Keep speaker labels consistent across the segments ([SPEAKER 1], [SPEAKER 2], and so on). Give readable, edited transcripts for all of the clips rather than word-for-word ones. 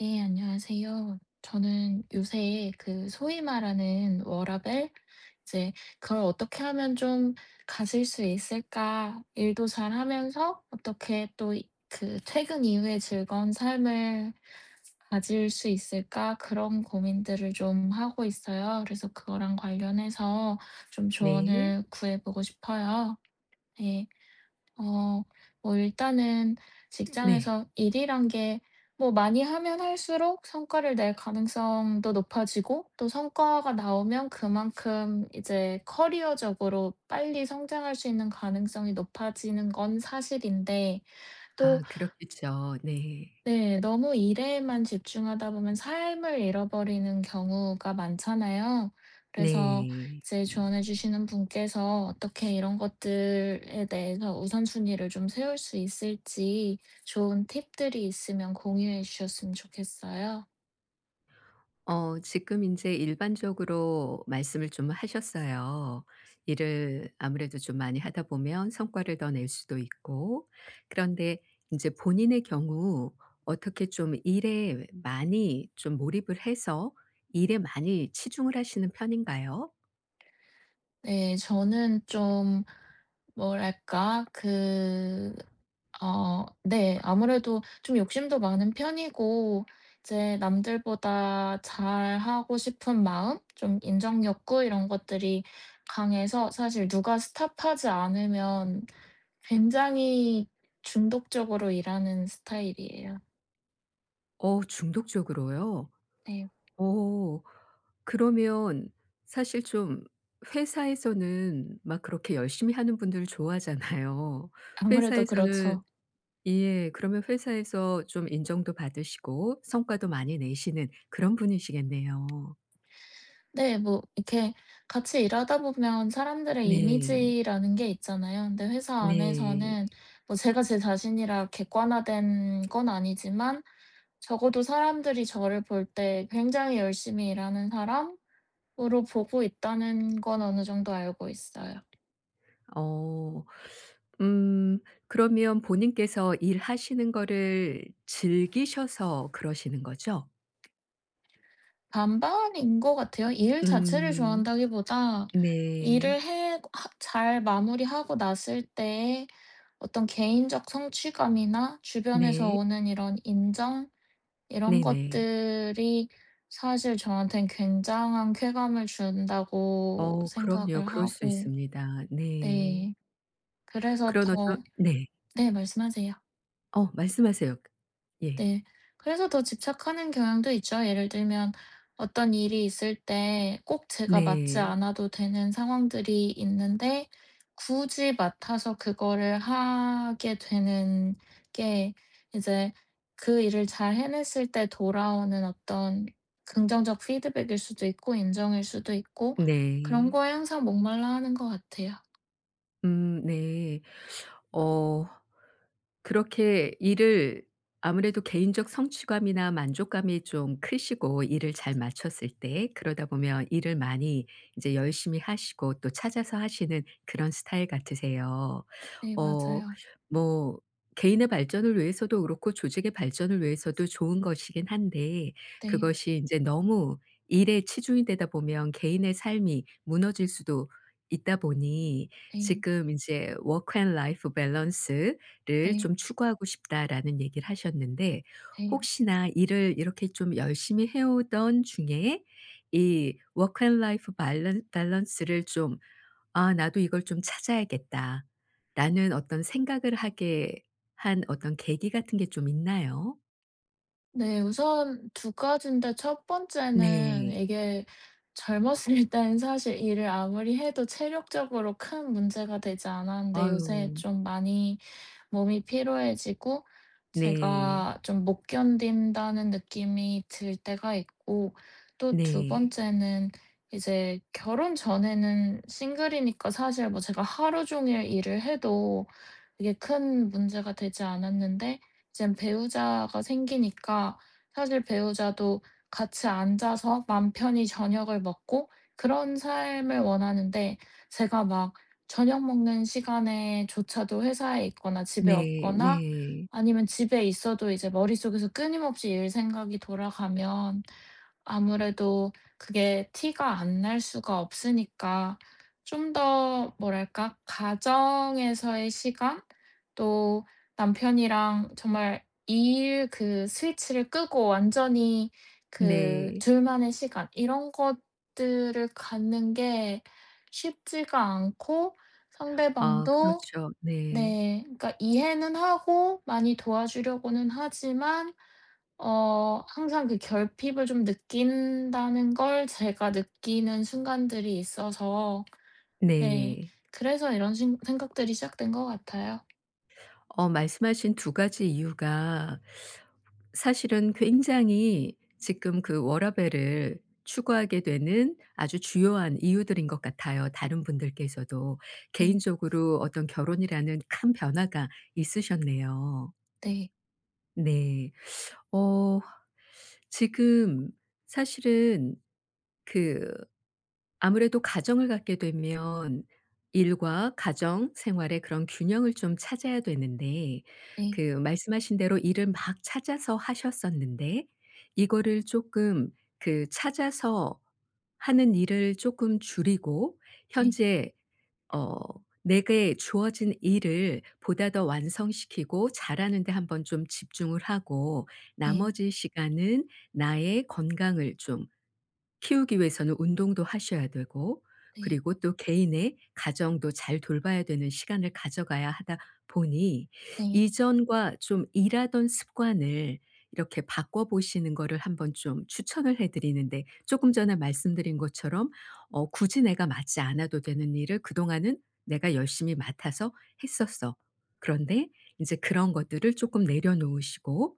[SPEAKER 1] 네, 안녕하세요. 저는 요새 그 소위 말하는 워라밸, 이제 그걸 어떻게 하면 좀 가질 수 있을까? 일도 잘 하면서 어떻게 또 그 퇴근 이후에 즐거운 삶을 가질 수 있을까? 그런 고민들을 좀 하고 있어요. 그래서 그거랑 관련해서 좀
[SPEAKER 2] 네.
[SPEAKER 1] 조언을 구해보고 싶어요. 네. 어. 뭐 일단은
[SPEAKER 2] 네.
[SPEAKER 1] 직장에서 일이란 게 뭐 많이 하면 할수록 성과를 낼 가능성도 높아지고, 또 성과가 나오면 그만큼 이제 커리어적으로 빨리 성장할 수 있는 가능성이 높아지는 건 사실인데, 또,
[SPEAKER 2] 아 그렇겠죠. 네.
[SPEAKER 1] 네. 너무 일에만 집중하다 보면 삶을 잃어버리는 경우가 많잖아요. 그래서
[SPEAKER 2] 네.
[SPEAKER 1] 이제 조언해 주시는 분께서 어떻게 이런 것들에 대해서 우선순위를 좀 세울 수 있을지, 좋은 팁들이 있으면 공유해 주셨으면 좋겠어요.
[SPEAKER 2] 어 지금 인제 일반적으로 말씀을 좀 하셨어요. 일을 아무래도 좀 많이 하다 보면 성과를 더 낼 수도 있고. 그런데 인제 본인의 경우 어떻게 좀 일에 많이 좀 몰입을 해서 일에 많이 치중을 하시는 편인가요?
[SPEAKER 1] 네. 저는 좀 뭐랄까? 그, 어, 네. 아무래도 좀 욕심도 많은 편이고, 이제 남들보다 잘하고 싶은 마음, 좀 인정 욕구 이런 것들이 강해서, 사실 누가 스탑하지 않으면 굉장히 중독적으로 일하는 스타일이에요.
[SPEAKER 2] 어 중독적으로요?
[SPEAKER 1] 네.
[SPEAKER 2] 어. 그러면 사실 좀 회사에서는 막 그렇게 열심히 하는 분들 좋아하잖아요.
[SPEAKER 1] 아무래도 그렇죠.
[SPEAKER 2] 회사에서는, 예. 그러면 회사에서 좀 인정도 받으시고 성과도 많이 내시는 그런 분이시겠네요.
[SPEAKER 1] 네. 뭐 이렇게 같이 일하다 보면 사람들의
[SPEAKER 2] 네.
[SPEAKER 1] 이미지라는 게 있잖아요. 근데 회사
[SPEAKER 2] 네.
[SPEAKER 1] 안에서는, 뭐 제가 제 자신이라 객관화된 건 아니지만, 적어도 사람들이 저를 볼 때 굉장히 열심히 일하는 사람으로 보고 있다는 건 어느 정도 알고 있어요.
[SPEAKER 2] 어. 음 그러면 본인께서 일하시는 거를 즐기셔서 그러시는 거죠?
[SPEAKER 1] 반반인 것 같아요. 일 자체를
[SPEAKER 2] 음.
[SPEAKER 1] 좋아한다기보다 일을
[SPEAKER 2] 네.
[SPEAKER 1] 해 하 잘 마무리하고 났을 때의 어떤 개인적 성취감이나 주변에서
[SPEAKER 2] 네.
[SPEAKER 1] 오는 이런 인정, 이런
[SPEAKER 2] 네네.
[SPEAKER 1] 것들이 사실 저한테는 굉장한 쾌감을 준다고
[SPEAKER 2] 어 그럼요.
[SPEAKER 1] 생각을
[SPEAKER 2] 그럴 수
[SPEAKER 1] 하고,
[SPEAKER 2] 있습니다. 네.
[SPEAKER 1] 네, 그래서
[SPEAKER 2] 그런 어떤,
[SPEAKER 1] 더,
[SPEAKER 2] 네.
[SPEAKER 1] 네, 말씀하세요.
[SPEAKER 2] 어 말씀하세요. 예.
[SPEAKER 1] 네. 그래서 더 집착하는 경향도 있죠. 예를 들면, 어떤 일이 있을 때 꼭 제가 맡지
[SPEAKER 2] 네.
[SPEAKER 1] 않아도 되는 상황들이 있는데, 굳이 맡아서 그거를 하게 되는 게 이제 그 일을 잘 해냈을 때 돌아오는 어떤 긍정적 피드백일 수도 있고 인정일 수도 있고, 그런
[SPEAKER 2] 네.
[SPEAKER 1] 거에 항상 목말라하는 것 같아요.
[SPEAKER 2] 네. 어 그렇게 일을 아무래도 개인적 성취감이나 만족감이 좀 크시고 일을 잘 마쳤을 때 그러다 보면 일을 많이 이제 열심히 하시고 또 찾아서 하시는 그런 스타일 같으세요.
[SPEAKER 1] 네,
[SPEAKER 2] 어
[SPEAKER 1] 맞아요.
[SPEAKER 2] 뭐 개인의 발전을 위해서도 그렇고 조직의 발전을 위해서도 좋은 것이긴 한데,
[SPEAKER 1] 네.
[SPEAKER 2] 그것이 이제 너무 일에 치중이 되다 보면 개인의 삶이 무너질 수도 있다 보니,
[SPEAKER 1] 네.
[SPEAKER 2] 지금 이제 "워크 앤 라이프 밸런스를
[SPEAKER 1] 네.
[SPEAKER 2] 좀 추구하고 싶다."라는 얘기를 하셨는데,
[SPEAKER 1] 네.
[SPEAKER 2] 혹시나 일을 이렇게 좀 열심히 해 오던 중에 이 워크 앤 라이프 런 밸런스를 좀 '아 나도 이걸 좀 찾아야겠다.'라는 어떤 생각을 하게 한 어떤 계기 같은 게 좀 있나요?
[SPEAKER 1] 네. 우선 두 가지인데, 첫 번째는
[SPEAKER 2] 네.
[SPEAKER 1] 이게 젊었을 땐 사실 일을 아무리 해도 체력적으로 큰 문제가 되지 않았는데, 요새
[SPEAKER 2] 아유.
[SPEAKER 1] 좀 많이 몸이 피로해지고
[SPEAKER 2] 네.
[SPEAKER 1] 제가 좀 못 견딘다는 느낌이 들 때가 있고. 또 두
[SPEAKER 2] 네.
[SPEAKER 1] 번째는, 이제 결혼 전에는 싱글이니까 사실 뭐 제가 하루 종일 일을 해도 이게 큰 문제가 되지 않았는데, 이젠 배우자가 생기니까. 사실 배우자도 같이 앉아서 맘 편히 저녁을 먹고 그런 삶을 원하는데, 제가 막 저녁 먹는 시간에 조차도 회사에 있거나 집에
[SPEAKER 2] 네.
[SPEAKER 1] 없거나,
[SPEAKER 2] 네.
[SPEAKER 1] 아니면 집에 있어도 이제 머릿속에서 끊임없이 일 생각이 돌아가면, 아무래도 그게 티가 안 날 수가 없으니까. 좀 더 뭐랄까? 가정에서의 시간? 또 남편이랑 정말 일 그 스위치를 끄고 완전히 그
[SPEAKER 2] 네.
[SPEAKER 1] 둘만의 시간, 이런 것들을 갖는 게 쉽지가 않고,
[SPEAKER 2] 아
[SPEAKER 1] 상대방도,
[SPEAKER 2] 그렇죠. 네.
[SPEAKER 1] 네, 그러니까 이해는 하고 많이 도와주려고는 하지만 어 항상 그 결핍을 좀 느낀다는 걸 제가 느끼는 순간들이 있어서. 네.
[SPEAKER 2] 네.
[SPEAKER 1] 그래서 이런 신 생각들이 시작된 것 같아요.
[SPEAKER 2] 어 말씀하신 두 가지 이유가 사실은 굉장히 지금 그 워라밸을 추구하게 되는 아주 주요한 이유들인 것 같아요, 다른 분들께서도.
[SPEAKER 1] 네.
[SPEAKER 2] 개인적으로 어떤 결혼이라는 큰 변화가 있으셨네요.
[SPEAKER 1] 네.
[SPEAKER 2] 네. 어 지금 사실은 그 아무래도 가정을 갖게 되면 일과 가정 생활의 그런 균형을 좀 찾아야 되는데, 그
[SPEAKER 1] 네.
[SPEAKER 2] 말씀하신 대로 일을 막 찾아서 하셨었는데 이거를 쪼끔 그 찾아서 하는 일을 쪼끔 줄이고
[SPEAKER 1] 네.
[SPEAKER 2] 현재 어 내게 주어진 일을 보다 더 완성시키고 잘하는 데 한번 좀 집중을 하고,
[SPEAKER 1] 네.
[SPEAKER 2] 나머지 시간은 나의 건강을 좀 키우기 위해서는 운동도 하셔야 되고
[SPEAKER 1] 네.
[SPEAKER 2] 그리고 또 개인의 가정도 잘 돌봐야 되는 시간을 가져가야 하다 보니,
[SPEAKER 1] 네.
[SPEAKER 2] 이전과 좀 일하던 습관을 이렇게 바꿔 보시는 거를 한번 좀 추천을 해 드리는데, 조금 전에 말씀드린 것처럼 어 굳이 내가 맡지 않아도 되는 일을 그동안은 내가 열심히 맡아서 했었어. 그런데 이제 그런 것들을 조금 내려놓으시고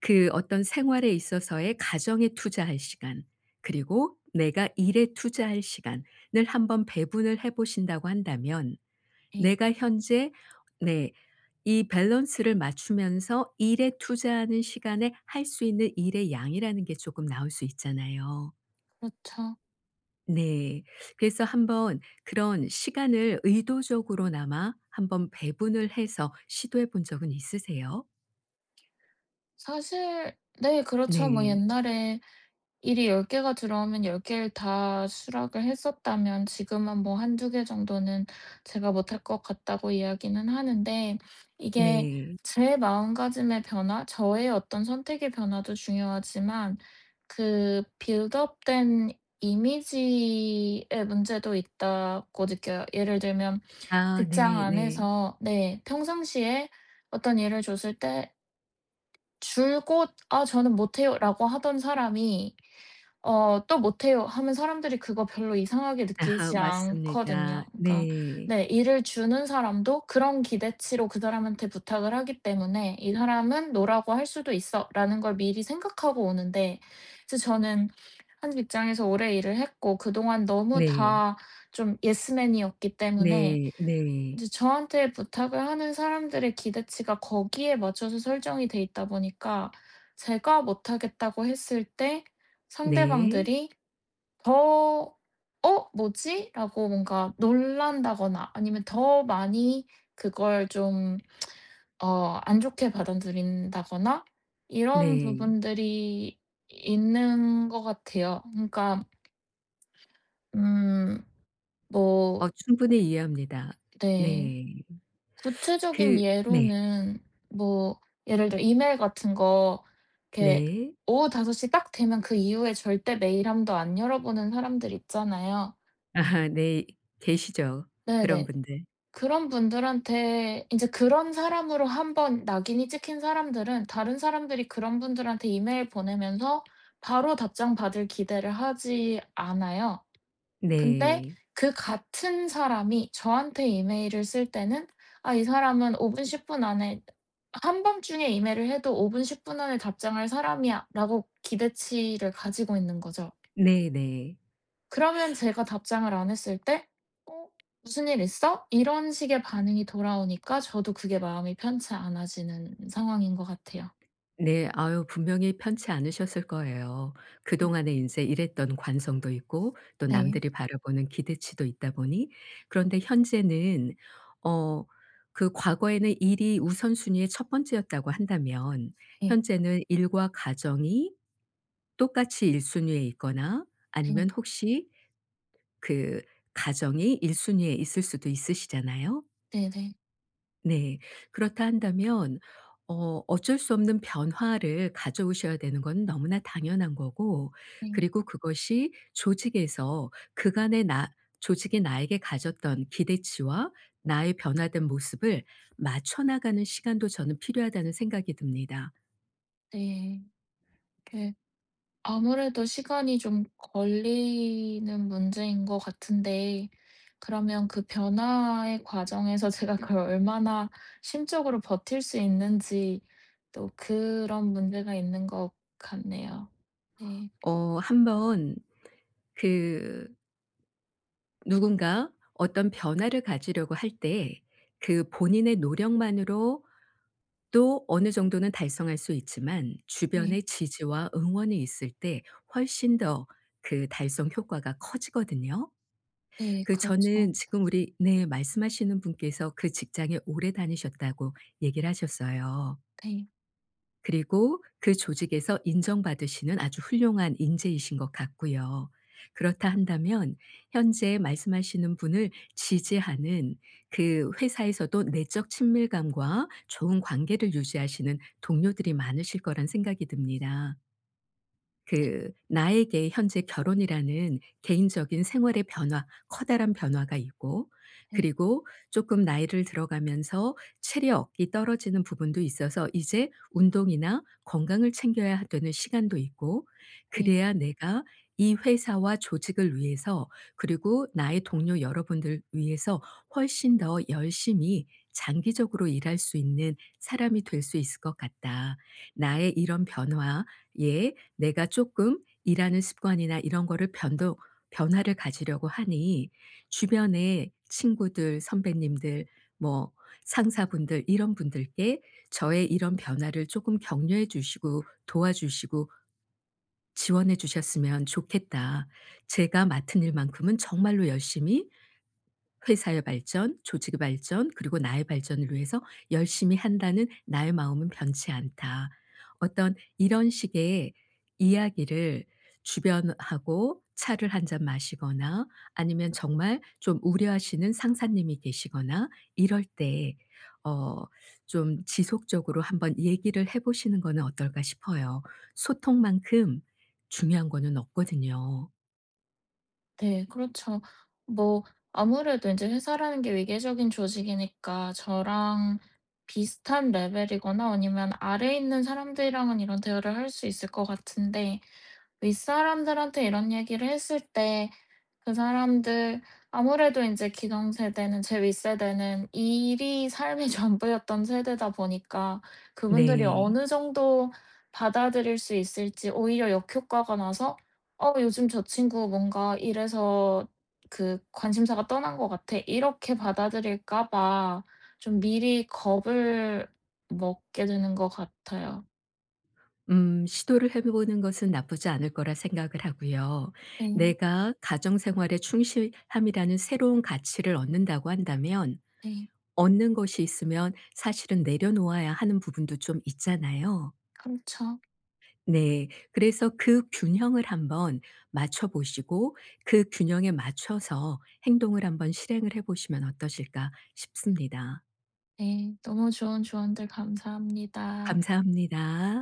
[SPEAKER 2] 그 어떤 생활에 있어서의 가정에 투자할 시간 그리고 내가 일에 투자할 시간을 한번 배분을 해 보신다고 한다면,
[SPEAKER 1] 네.
[SPEAKER 2] 내가 현재 네 이 밸런스를 맞추면서 일에 투자하는 시간에 할 수 있는 일의 양이라는 게 조금 나올 수 있잖아요.
[SPEAKER 1] 그렇죠.
[SPEAKER 2] 네. 그래서 한번 그런 시간을 의도적으로나마 한번 배분을 해서 시도해 본 적은 있으세요?
[SPEAKER 1] 사실 네, 그렇죠. 뭐
[SPEAKER 2] 네.
[SPEAKER 1] 옛날에 일이 10개 개가 들어오면 10개 개를 다 수락을 했었다면, 지금은 뭐 1~2개 정도는 제가 못할 것 같다고 이야기는 하는데, 이게
[SPEAKER 2] 네.
[SPEAKER 1] 제 마음가짐의 변화, 저의 어떤 선택의 변화도 중요하지만 그 빌드업 된 이미지의 문제도 있다고 느껴요. 예를 들면
[SPEAKER 2] 아
[SPEAKER 1] 직장
[SPEAKER 2] 네 네.
[SPEAKER 1] 안에서, 네, 평상시에 어떤 일을 줬을 때 줄곧 "아 저는 못해요."라고 하던 사람이 어 "또 못해요." 하면 사람들이 그거 별로 이상하게
[SPEAKER 2] 아
[SPEAKER 1] 느끼지
[SPEAKER 2] 맞습니다.
[SPEAKER 1] 않거든요. 그러니까
[SPEAKER 2] 네.
[SPEAKER 1] 네, 일을 주는 사람도 그런 기대치로 그 사람한테 부탁을 하기 때문에 '이 사람은 노라고 할 수도 있어.'라는 걸 미리 생각하고 오는데, 이제 저는 한 직장에서 오래 일을 했고 그동안 너무
[SPEAKER 2] 네.
[SPEAKER 1] 다 좀 예스맨이었기 때문에,
[SPEAKER 2] 네. 네.
[SPEAKER 1] 이제 저한테 부탁을 하는 사람들의 기대치가 거기에 맞춰서 설정이 돼 있다 보니까 제가 못하겠다고 했을 때
[SPEAKER 2] 네.
[SPEAKER 1] 상대방들이 더 '어? 뭐지?' 라고 뭔가 놀란다거나, 아니면 더 많이 그걸 좀 어 안 좋게 받아들인다거나, 이런
[SPEAKER 2] 네.
[SPEAKER 1] 부분들이 있는 것 같아요. 그러니까 음, 뭐,
[SPEAKER 2] 어 충분히 이해합니다.
[SPEAKER 1] 네.
[SPEAKER 2] 네.
[SPEAKER 1] 구체적인
[SPEAKER 2] 그 네.
[SPEAKER 1] 예로는 뭐 예를 들어 이메일 같은 거, 이렇게
[SPEAKER 2] 네.
[SPEAKER 1] 오후 5시 딱 되면 그 이후에 절대 메일 함도 안 열어보는 사람들 있잖아요.
[SPEAKER 2] 아 네. 계시죠. 그런
[SPEAKER 1] 네네.
[SPEAKER 2] 분들.
[SPEAKER 1] 그런 분들한테 인제 그런 사람으로 한번 낙인이 찍힌 사람들은 다른 사람들이 그런 분들한테 이메일 보내면서 바로 답장 받을 기대를 하지 않아요. 근데
[SPEAKER 2] 네.
[SPEAKER 1] 그 같은 사람이 저한테 이메일을 쓸 때는 아 이 사람은 5분 10분 안에 '한밤중에 이메일을 해도 5분 10분 안에 답장할 사람이야.'라고 기대치를 가지고 있는 거죠.
[SPEAKER 2] 네네.
[SPEAKER 1] 그러면 제가 답장을 안 했을 때 "어 무슨 일 있어?" 이런 식의 반응이 돌아오니까 저도 그게 마음이 편치 않아지는 상황인 것 같아요.
[SPEAKER 2] 네. 아유 분명히 편치 않으셨을 거예요.
[SPEAKER 1] 네.
[SPEAKER 2] 그동안에 인제 일했던 관성도 있고 또
[SPEAKER 1] 네.
[SPEAKER 2] 남들이 바라보는 기대치도 있다 보니, 그런데 현재는 어 그 과거에는 일이 우선순위의 첫 번째였다고 한다면
[SPEAKER 1] 네.
[SPEAKER 2] 현재는 일과 가정이 똑같이 1순위 순위에 있거나
[SPEAKER 1] 네.
[SPEAKER 2] 아니면 혹시 그 가정이 1순위 순위에 있을 수도 있으시잖아요.
[SPEAKER 1] 네네.
[SPEAKER 2] 네. 그렇다 한다면 어 어쩔 수 없는 변화를 가져오셔야 되는 건 너무나 당연한 거고,
[SPEAKER 1] 네.
[SPEAKER 2] 그리고 그것이 조직에서 그간의 나 조직이 나에게 가졌던 기대치와 나의 변화된 모습을 맞춰 나가는 시간도 저는 필요하다는 생각이 듭니다.
[SPEAKER 1] 네. 그, 아무래도 시간이 좀 걸리는 문제인 것 같은데, 그러면 그 변화의 과정에서 제가 그걸 얼마나 심적으로 버틸 수 있는지 또 그런 문제가 있는 것 같네요. 네.
[SPEAKER 2] 어 한번 그 누군가 어떤 변화를 가지려고 할 때 그 본인의 노력만으로 또 어느 정도는 달성할 수 있지만
[SPEAKER 1] 네.
[SPEAKER 2] 주변의 지지와 응원이 있을 때 훨씬 더 그 달성 효과가 커지거든요.
[SPEAKER 1] 네.
[SPEAKER 2] 그 저는
[SPEAKER 1] 그렇죠.
[SPEAKER 2] 지금 우리 네 말씀하시는 분께서 그 직장에 오래 다니셨다고 얘기를 하셨어요.
[SPEAKER 1] 네.
[SPEAKER 2] 그리고 그 조직에서 인정받으시는 아주 훌륭한 인재이신 것 같고요. 그렇다 한다면 현재 말씀하시는 분을 지지하는 그 회사에서도 내적 친밀감과 좋은 관계를 유지하시는 동료들이 많으실 거란 생각이 듭니다. 그 나에게 현재 결혼이라는 개인적인 생활의 변화, 커다란 변화가 있고
[SPEAKER 1] 네.
[SPEAKER 2] 그리고 조금 나이를 들어가면서 체력이 떨어지는 부분도 있어서 이제 운동이나 건강을 챙겨야 되는 시간도 있고,
[SPEAKER 1] 네.
[SPEAKER 2] 그래야 내가 이 회사와 조직을 위해서 그리고 나의 동료 여러분들 위해서 훨씬 더 열심히 장기적으로 일할 수 있는 사람이 될 수 있을 것 같다. 나의 이런 변화에 내가 조금 일하는 습관이나 이런 거를 변동 변화를 가지려고 하니 주변에 친구들, 선배님들, 뭐 상사분들 이런 분들께 저의 이런 변화를 조금 격려해 주시고 도와주시고 지원해 주셨으면 좋겠다. 제가 맡은 일만큼은 정말로 열심히 회사의 발전, 조직의 발전, 그리고 나의 발전을 위해서 열심히 한다는 나의 마음은 변치 않다. 어떤 이런 식의 이야기를 주변하고 차를 한 잔 마시거나 아니면 정말 좀 우려하시는 상사님이 계시거나 이럴 때 어 좀 지속적으로 한번 얘기를 해 보시는 거는 어떨까 싶어요. 소통만큼 중요한 거는 없거든요.
[SPEAKER 1] 네. 그렇죠. 뭐, 아무래도 이제 회사라는 게 위계적인 조직이니까 저랑 비슷한 레벨이거나 아니면 아래에 있는 사람들이랑은 이런 대화를 할 수 있을 것 같은데, 윗사람들한테 이런 얘기를 했을 때 그 사람들, 아무래도 인제 기성세대는 제 윗세대는 일이 삶의 전부였던 세대다 보니까 그분들이
[SPEAKER 2] 네.
[SPEAKER 1] 어느 정도 받아들일 수 있을지, 오히려 역효과가 나서 '어 요즘 저 친구 뭔가 일에서 그 관심사가 떠난 것 같아.' 이렇게 받아들일까 봐 좀 미리 겁을 먹게 되는 것 같아요.
[SPEAKER 2] 시도를 해 보는 것은 나쁘지 않을 거라 생각을 하고요.
[SPEAKER 1] 네.
[SPEAKER 2] 내가 가정 생활에 충실함이라는 새로운 가치를 얻는다고 한다면
[SPEAKER 1] 네.
[SPEAKER 2] 얻는 것이 있으면 사실은 내려놓아야 하는 부분도 좀 있잖아요.
[SPEAKER 1] 그렇죠.
[SPEAKER 2] 네. 그래서 그 균형을 한번 맞춰 보시고 그 균형에 맞춰서 행동을 한번 실행을 해 보시면 어떠실까 싶습니다.
[SPEAKER 1] 네. 너무 좋은 조언들 감사합니다.
[SPEAKER 2] 감사합니다.